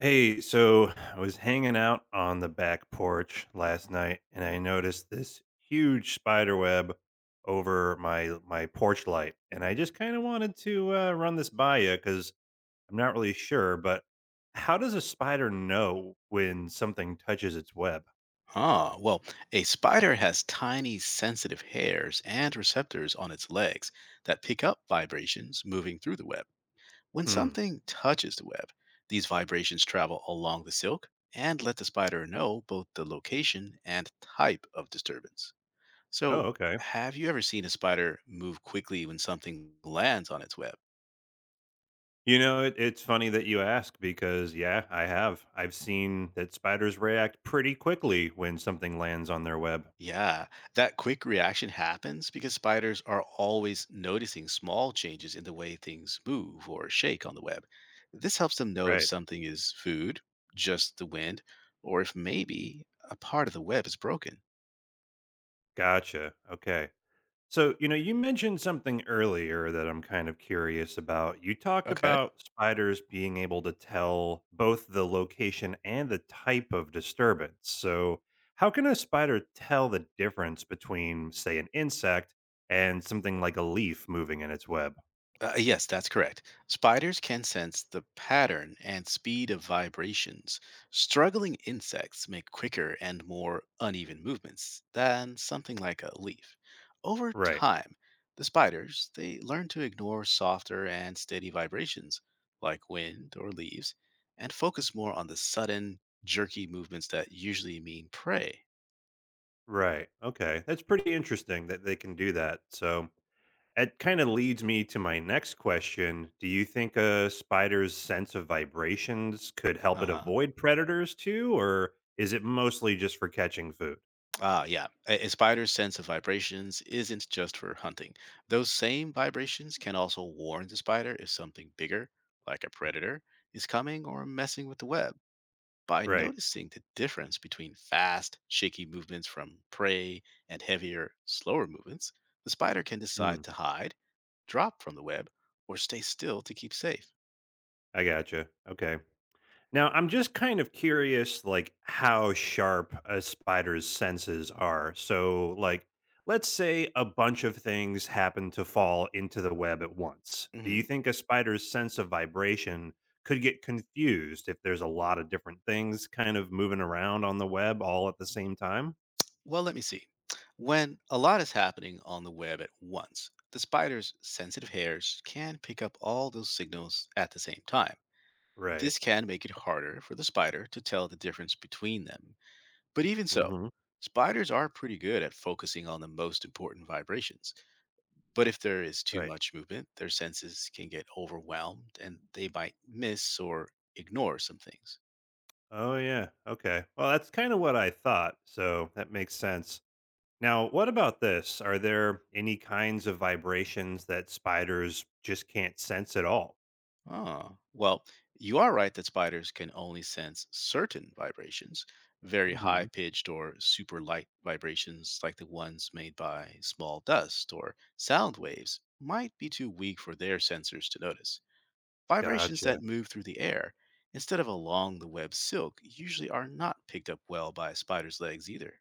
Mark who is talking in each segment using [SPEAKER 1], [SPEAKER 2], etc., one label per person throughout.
[SPEAKER 1] Hey, so I was hanging out on the back porch last night and I noticed this huge spider web over my porch light. And I just kind of wanted to run this by you because I'm not really sure, but how does a spider know when something touches its web?
[SPEAKER 2] Ah, well, a spider has tiny sensitive hairs and receptors on its legs that pick up vibrations moving through the web. When
[SPEAKER 1] Hmm.
[SPEAKER 2] something touches the web, these vibrations travel along the silk and let the spider know both the location and type of disturbance.
[SPEAKER 1] Oh,
[SPEAKER 2] So,
[SPEAKER 1] okay.
[SPEAKER 2] have you ever seen a spider move quickly when something lands on its web?
[SPEAKER 1] It's funny that you ask because, yeah, I have. I've seen that spiders react pretty quickly when something lands on their web.
[SPEAKER 2] Yeah, that quick reaction happens because spiders are always noticing small changes in the way things move or shake on the web. This helps them know if
[SPEAKER 1] Right.
[SPEAKER 2] something is food, just the wind, or if maybe a part of the web is broken.
[SPEAKER 1] Gotcha. Okay. So, you know, you mentioned something earlier that I'm kind of curious about. You talked
[SPEAKER 2] Okay.
[SPEAKER 1] about spiders being able to tell both the location and the type of disturbance. So, how can a spider tell the difference between, say, an insect and something like a leaf moving in its web?
[SPEAKER 2] Yes, that's correct. Spiders can sense the pattern and speed of vibrations. Struggling insects make quicker and more uneven movements than something like a leaf. Over
[SPEAKER 1] Right.
[SPEAKER 2] time, the spiders they learn to ignore softer and steady vibrations like wind or leaves and focus more on the sudden jerky movements that usually mean prey.
[SPEAKER 1] Right. Okay. That's pretty interesting that they can do that. So, it kind of leads me to my next question. Do you think a spider's sense of vibrations could help it
[SPEAKER 2] Uh-huh.
[SPEAKER 1] avoid predators too, or is it mostly just for catching food?
[SPEAKER 2] A spider's sense of vibrations isn't just for hunting. Those same vibrations can also warn the spider if something bigger, like a predator, is coming or messing with the web by
[SPEAKER 1] Right.
[SPEAKER 2] noticing the difference between fast, shaky movements from prey and heavier, slower movements. The spider can decide
[SPEAKER 1] Mm,
[SPEAKER 2] to hide, drop from the web, or stay still to keep safe.
[SPEAKER 1] I gotcha. Okay. Now, I'm just kind of curious, like, how sharp a spider's senses are. So, like, let's say a bunch of things happen to fall into the web at once. Do you
[SPEAKER 2] Mhm.
[SPEAKER 1] think a spider's sense of vibration could get confused if there's a lot of different things kind of moving around on the web all at the same time?
[SPEAKER 2] Well, let me see. When a lot is happening on the web at once, the spider's sensitive hairs can pick up all those signals at the same time.
[SPEAKER 1] Right.
[SPEAKER 2] This can make it harder for the spider to tell the difference between them. But even so,
[SPEAKER 1] Hmm.
[SPEAKER 2] spiders are pretty good at focusing on the most important vibrations. But if there is too
[SPEAKER 1] Right.
[SPEAKER 2] much movement, their senses can get overwhelmed and they might miss or ignore some things.
[SPEAKER 1] Oh, yeah. Okay. Well, that's kind of what I thought. So that makes sense. Now, what about this? Are there any kinds of vibrations that spiders just can't sense at all?
[SPEAKER 2] Ah, well, you are right that spiders can only sense certain vibrations. Very
[SPEAKER 1] Hmm.
[SPEAKER 2] high pitched or super light vibrations like the ones made by small dust or sound waves might be too weak for their sensors to notice. Vibrations
[SPEAKER 1] Gotcha.
[SPEAKER 2] that move through the air instead of along the web silk usually are not picked up well by a spider's legs either.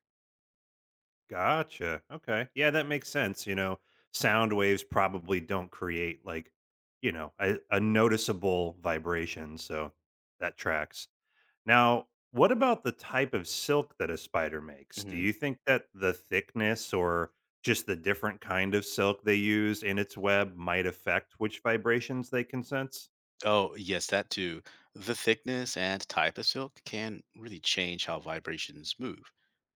[SPEAKER 1] Gotcha. Okay. Yeah, that makes sense. Sound waves probably don't create like, a noticeable vibration. So that tracks. Now, what about the type of silk that a spider makes? Do you think that the thickness or just the different kind of silk they use in its web might affect which vibrations they can sense?
[SPEAKER 2] Oh, yes, that too. The thickness and type of silk can really change how vibrations move.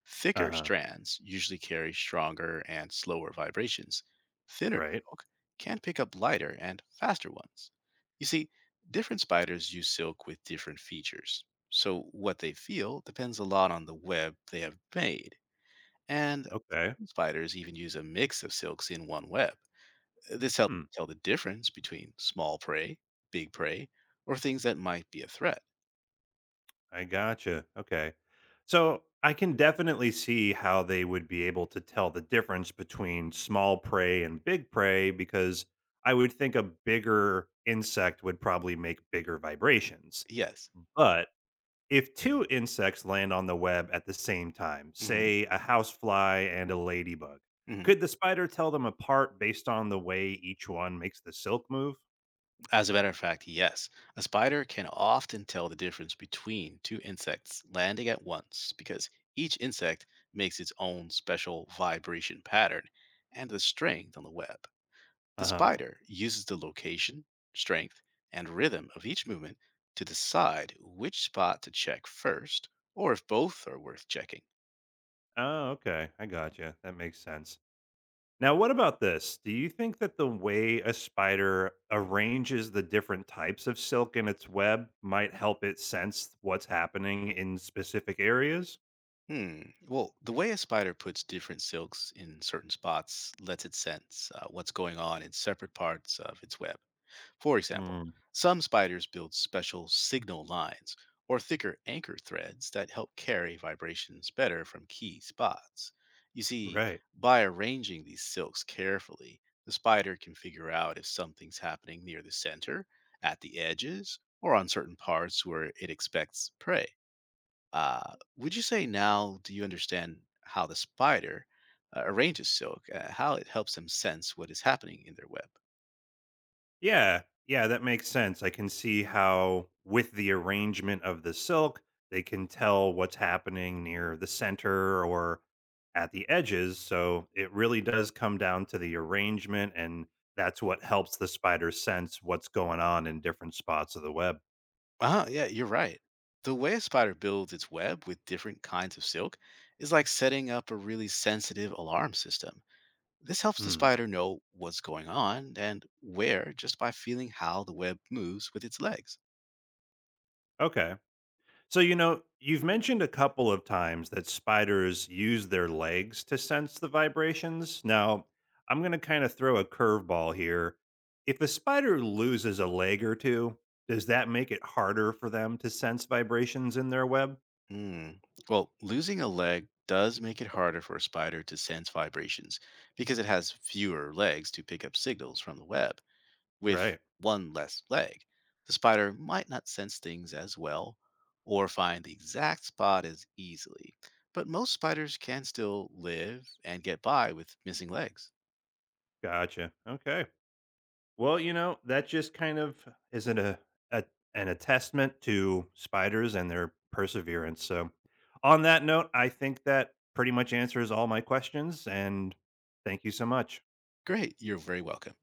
[SPEAKER 2] Thicker
[SPEAKER 1] Uh-huh.
[SPEAKER 2] strands usually carry stronger and slower vibrations. Thinner
[SPEAKER 1] Right.
[SPEAKER 2] silk can pick up lighter and faster ones. You see, different spiders use silk with different features. So what they feel depends a lot on the web they have made. And
[SPEAKER 1] Okay.
[SPEAKER 2] some spiders even use a mix of silks in one web. This helps
[SPEAKER 1] Hmm.
[SPEAKER 2] tell the difference between small prey, big prey, or things that might be a threat.
[SPEAKER 1] I gotcha. Okay. So I can definitely see how they would be able to tell the difference between small prey and big prey because I would think a bigger insect would probably make bigger vibrations.
[SPEAKER 2] Yes.
[SPEAKER 1] But if two insects land on the web at the same time,
[SPEAKER 2] hmm
[SPEAKER 1] say a housefly and a ladybug,
[SPEAKER 2] hmm
[SPEAKER 1] could the spider tell them apart based on the way each one makes the silk move?
[SPEAKER 2] As a matter of fact, yes, a spider can often tell the difference between two insects landing at once because each insect makes its own special vibration pattern and the strength on the web. The
[SPEAKER 1] Uh huh.
[SPEAKER 2] spider uses the location, strength, and rhythm of each movement to decide which spot to check first or if both are worth checking.
[SPEAKER 1] Oh, okay. I gotcha. That makes sense. Now, what about this? Do you think that the way a spider arranges the different types of silk in its web might help it sense what's happening in specific areas?
[SPEAKER 2] Hmm. Well, the way a spider puts different silks in certain spots lets it sense what's going on in separate parts of its web. For example,
[SPEAKER 1] Mm,
[SPEAKER 2] some spiders build special signal lines or thicker anchor threads that help carry vibrations better from key spots. You see,
[SPEAKER 1] right.
[SPEAKER 2] by arranging these silks carefully, the spider can figure out if something's happening near the center, at the edges, or on certain parts where it expects prey. Would you say now, do you understand how the spider arranges silk, how it helps them sense what is happening in their web?
[SPEAKER 1] Yeah. Yeah, that makes sense. I can see how, with the arrangement of the silk, they can tell what's happening near the center or at the edges. So it really does come down to the arrangement, and that's what helps the spider sense what's going on in different spots of the web.
[SPEAKER 2] Yeah, you're right. The way a spider builds its web with different kinds of silk is like setting up a really sensitive alarm system. This helps the
[SPEAKER 1] Hmm.
[SPEAKER 2] spider know what's going on and where just by feeling how the web moves with its legs.
[SPEAKER 1] Okay. So, you know, you've mentioned a couple of times that spiders use their legs to sense the vibrations. Now, I'm going to kind of throw a curveball here. If a spider loses a leg or two, does that make it harder for them to sense vibrations in their web?
[SPEAKER 2] Hmm. Well, losing a leg does make it harder for a spider to sense vibrations because it has fewer legs to pick up signals from the web. With
[SPEAKER 1] Right.
[SPEAKER 2] one less leg, the spider might not sense things as well or find the exact spot as easily, but most spiders can still live and get by with missing legs.
[SPEAKER 1] Gotcha. Okay. Well, you know, that just kind of is an a an attestament to spiders and their perseverance. So, on that note, I think that pretty much answers all my questions and thank you so much.
[SPEAKER 2] Great, you're very welcome.